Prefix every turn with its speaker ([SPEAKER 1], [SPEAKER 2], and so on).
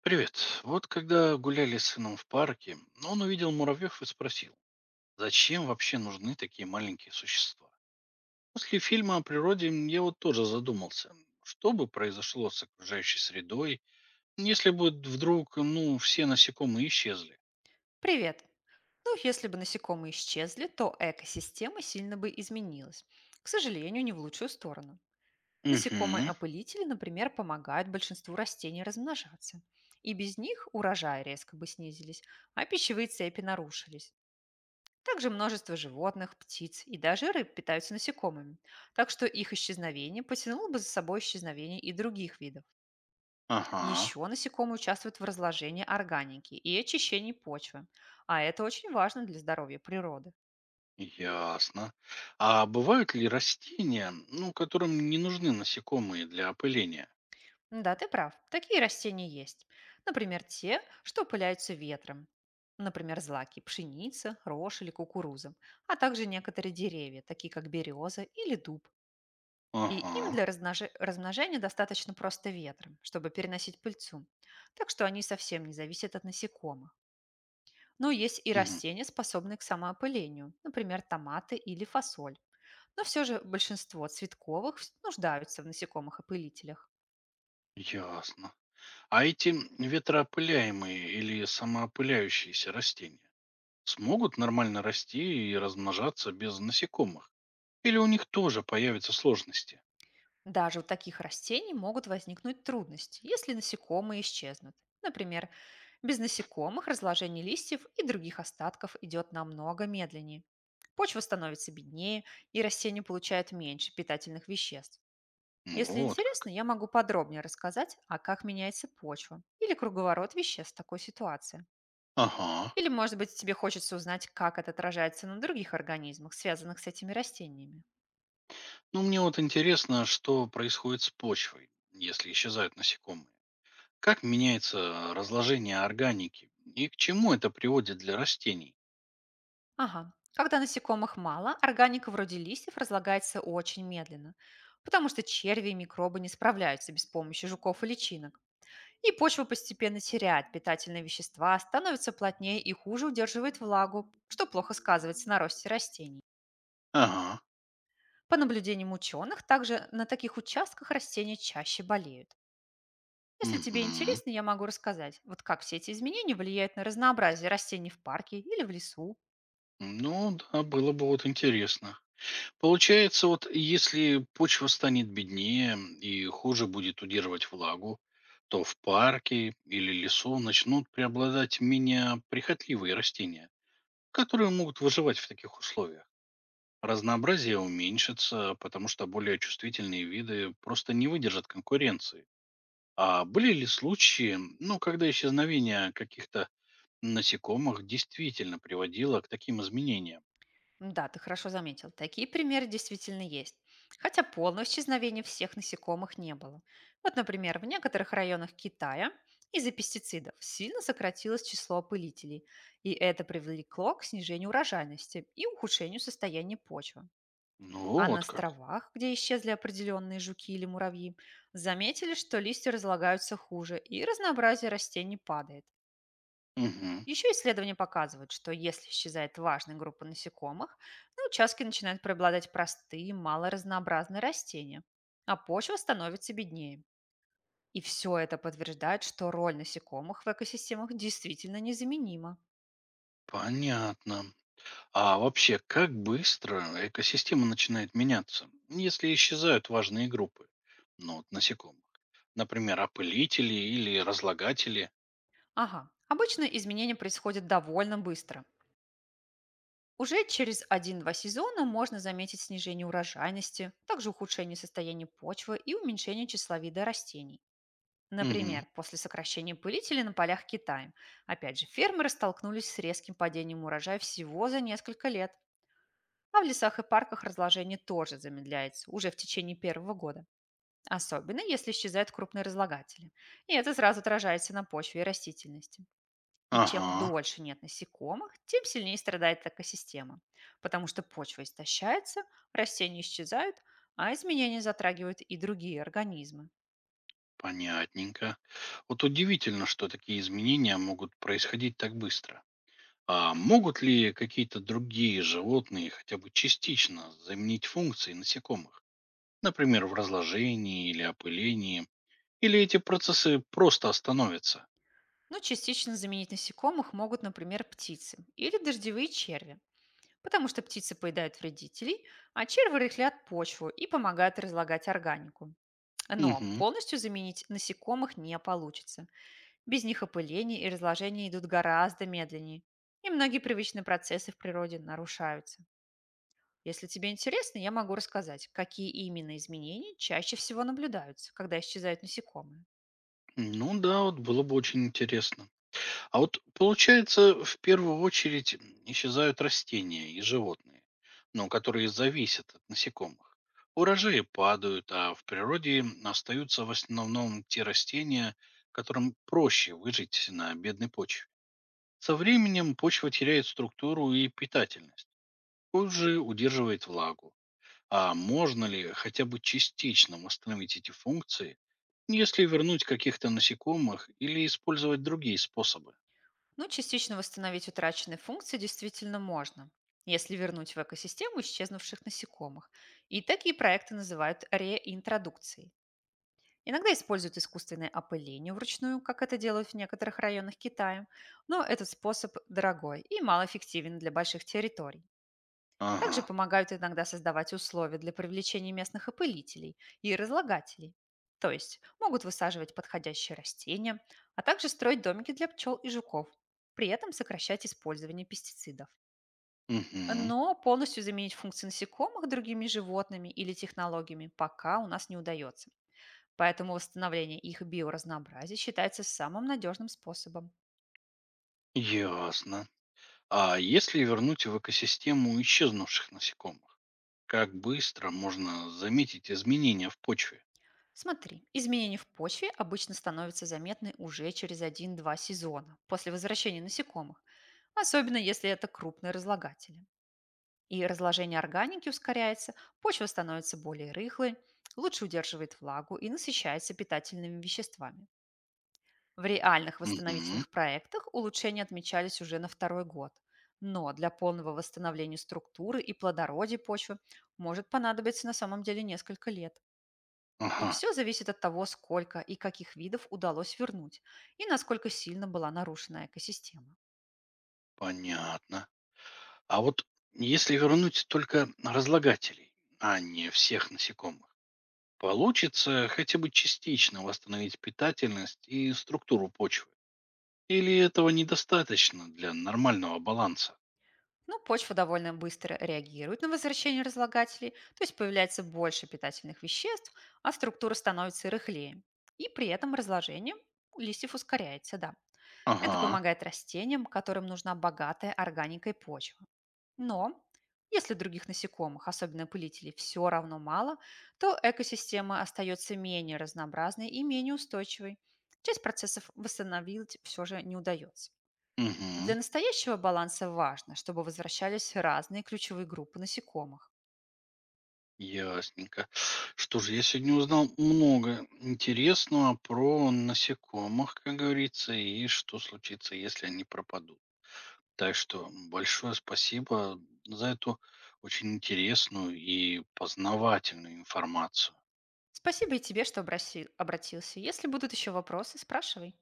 [SPEAKER 1] Привет. Вот когда гуляли с сыном в парке, он увидел муравьев и спросил, зачем вообще нужны такие маленькие существа? После фильма о природе я вот тоже задумался, что бы произошло с окружающей средой, если бы вдруг, ну, все насекомые исчезли?
[SPEAKER 2] Привет! Ну, если бы насекомые исчезли, то экосистема сильно бы изменилась. К сожалению, не в лучшую сторону.
[SPEAKER 1] Угу,
[SPEAKER 2] Насекомые-опылители, например, помогают большинству растений размножаться. И без них урожаи резко бы снизились, а пищевые цепи нарушились. Также множество животных, птиц и даже рыб питаются насекомыми. Так что их исчезновение потянуло бы за собой исчезновение и других видов.
[SPEAKER 1] ага,
[SPEAKER 2] Еще насекомые участвуют в разложении органики и очищении почвы, а это очень важно для здоровья природы.
[SPEAKER 1] ясно. А бывают ли растения, ну, которым не нужны насекомые для опыления?
[SPEAKER 2] Да, ты прав, такие растения есть. Например, те, что пыляются ветром. Например, злаки – пшеница, рожь или кукуруза, а также некоторые деревья, такие как береза или дуб. И им
[SPEAKER 1] Ага,
[SPEAKER 2] для размножения достаточно просто ветром, чтобы переносить пыльцу. Так что они совсем не зависят от насекомых. Но есть и
[SPEAKER 1] угу,
[SPEAKER 2] растения, способные к самоопылению, например, томаты или фасоль. Но все же большинство цветковых нуждаются в насекомых-опылителях.
[SPEAKER 1] ясно. А эти ветроопыляемые или самоопыляющиеся растения смогут нормально расти и размножаться без насекомых? Или у них тоже появятся сложности?
[SPEAKER 2] Даже у таких растений могут возникнуть трудности, если насекомые исчезнут. Например, без насекомых разложение листьев и других остатков идет намного медленнее. Почва становится беднее, и растения получают меньше питательных веществ. Если
[SPEAKER 1] Вот
[SPEAKER 2] интересно,
[SPEAKER 1] как.
[SPEAKER 2] я могу подробнее рассказать, а как меняется почва или круговорот веществ в такой ситуации.
[SPEAKER 1] Ага.
[SPEAKER 2] Или, может быть, тебе хочется узнать, как это отражается на других организмах, связанных с этими растениями.
[SPEAKER 1] Ну, мне вот интересно, что происходит с почвой, если исчезают насекомые. Как меняется разложение органики и к чему это приводит для растений?
[SPEAKER 2] Ага. Когда насекомых мало, органика вроде листьев разлагается очень медленно, потому что черви и микробы не справляются без помощи жуков и личинок. И почва постепенно теряет питательные вещества, становится плотнее и хуже удерживает влагу, что плохо сказывается на росте растений.
[SPEAKER 1] Ага.
[SPEAKER 2] По наблюдениям ученых, также на таких участках растения чаще болеют. Если тебе
[SPEAKER 1] Угу.
[SPEAKER 2] интересно, я могу рассказать, вот как все эти изменения влияют на разнообразие растений в парке или в лесу.
[SPEAKER 1] Ну да, было бы вот интересно. Получается, вот если почва станет беднее и хуже будет удерживать влагу, то в парке или лесу начнут преобладать менее прихотливые растения, которые могут выживать в таких условиях. Разнообразие уменьшится, потому что более чувствительные виды просто не выдержат конкуренции. А были ли случаи, ну, когда исчезновение каких-то насекомых действительно приводило к таким изменениям?
[SPEAKER 2] Да, ты хорошо заметил, такие примеры действительно есть. Хотя полного исчезновения всех насекомых не было. Вот, например, в некоторых районах Китая из-за пестицидов сильно сократилось число опылителей, и это привлекло к снижению урожайности и ухудшению состояния почвы.
[SPEAKER 1] Ну,
[SPEAKER 2] А на
[SPEAKER 1] вот как.
[SPEAKER 2] островах, где исчезли определенные жуки или муравьи, заметили, что листья разлагаются хуже и разнообразие растений падает.
[SPEAKER 1] Мгм.
[SPEAKER 2] Еще исследования показывают, что если исчезает важная группа насекомых, на участке начинают преобладать простые, малоразнообразные растения, а почва становится беднее. И все это подтверждает, что роль насекомых в экосистемах действительно незаменима.
[SPEAKER 1] Понятно. А вообще, как быстро экосистема начинает меняться, если исчезают важные группы? Ну, вот насекомых. Например, опылители или разлагатели.
[SPEAKER 2] Ага, обычно изменения происходят довольно быстро. Уже через один-два сезона можно заметить снижение урожайности, также ухудшение состояния почвы и уменьшение числа вида растений.
[SPEAKER 1] Мгм.
[SPEAKER 2] Например, после сокращения пылителей на полях Китая. Опять же, фермеры столкнулись с резким падением урожая всего за несколько лет. А в лесах и парках разложение тоже замедляется уже в течение первого года, особенно если исчезают крупные разлагатели. И это сразу отражается на почве и растительности. И чем
[SPEAKER 1] Ага,
[SPEAKER 2] дольше нет насекомых, тем сильнее страдает экосистема, потому что почва истощается, растения исчезают, а изменения затрагивают и другие организмы.
[SPEAKER 1] понятненько. Вот удивительно, что такие изменения могут происходить так быстро. А могут ли какие-то другие животные хотя бы частично заменить функции насекомых? Например, в разложении или опылении? Или эти процессы просто остановятся?
[SPEAKER 2] Но частично заменить насекомых могут, например, птицы или дождевые черви, потому что птицы поедают вредителей, а черви рыхлят почву и помогают разлагать органику. Но
[SPEAKER 1] Угу.
[SPEAKER 2] полностью заменить насекомых не получится. Без них опыление и разложение идут гораздо медленнее, и многие привычные процессы в природе нарушаются. Если тебе интересно, я могу рассказать, какие именно изменения чаще всего наблюдаются, когда исчезают насекомые.
[SPEAKER 1] Ну да, вот было бы очень интересно. А вот получается, в первую очередь исчезают растения и животные, ну, которые зависят от насекомых. Урожаи падают, а в природе остаются в основном те растения, которым проще выжить на бедной почве. Со временем почва теряет структуру и питательность, позже удерживает влагу. А можно ли хотя бы частично восстановить эти функции, если вернуть каких-то насекомых или использовать другие способы?
[SPEAKER 2] Ну, частично восстановить утраченные функции действительно можно, если вернуть в экосистему исчезнувших насекомых. И такие проекты называют реинтродукцией. Иногда используют искусственное опыление вручную, как это делают в некоторых районах Китая, но этот способ дорогой и малоэффективен для больших территорий.
[SPEAKER 1] Ага,
[SPEAKER 2] Также помогают иногда создавать условия для привлечения местных опылителей и разлагателей. То есть могут высаживать подходящие растения, а также строить домики для пчел и жуков, при этом сокращать использование пестицидов.
[SPEAKER 1] угу,
[SPEAKER 2] Но полностью заменить функции насекомых другими животными или технологиями пока у нас не удается. Поэтому восстановление их биоразнообразия считается самым надежным способом.
[SPEAKER 1] ясно. А если вернуть в экосистему исчезнувших насекомых, как быстро можно заметить изменения в почве?
[SPEAKER 2] Смотри, изменения в почве обычно становятся заметны уже через один-два сезона после возвращения насекомых, особенно если это крупные разлагатели. И разложение органики ускоряется, почва становится более рыхлой, лучше удерживает влагу и насыщается питательными веществами. В реальных
[SPEAKER 1] Угу,
[SPEAKER 2] восстановительных проектах улучшения отмечались уже на второй год. Но для полного восстановления структуры и плодородия почвы может понадобиться на самом деле несколько лет. И
[SPEAKER 1] ага,
[SPEAKER 2] все зависит от того, сколько и каких видов удалось вернуть, и насколько сильно была нарушена экосистема.
[SPEAKER 1] понятно. А вот если вернуть только разлагателей, а не всех насекомых, получится хотя бы частично восстановить питательность и структуру почвы? Или этого недостаточно для нормального баланса?
[SPEAKER 2] Ну, почва довольно быстро реагирует на возвращение разлагателей, то есть появляется больше питательных веществ, а структура становится рыхлее. И при этом разложение листьев ускоряется, да. Это
[SPEAKER 1] Ага,
[SPEAKER 2] помогает растениям, которым нужна богатая органикой почва. Но если других насекомых, особенно пылителей, все равно мало, то экосистема остается менее разнообразной и менее устойчивой. Часть процессов восстановить все же не удается. Для
[SPEAKER 1] угу,
[SPEAKER 2] настоящего баланса важно, чтобы возвращались разные ключевые группы насекомых.
[SPEAKER 1] ясненько. Что же, я сегодня узнал много интересного про насекомых, как говорится, и что случится, если они пропадут. Так что большое спасибо за эту очень интересную и познавательную информацию.
[SPEAKER 2] Спасибо и тебе, что обратился. Если будут еще вопросы, спрашивай.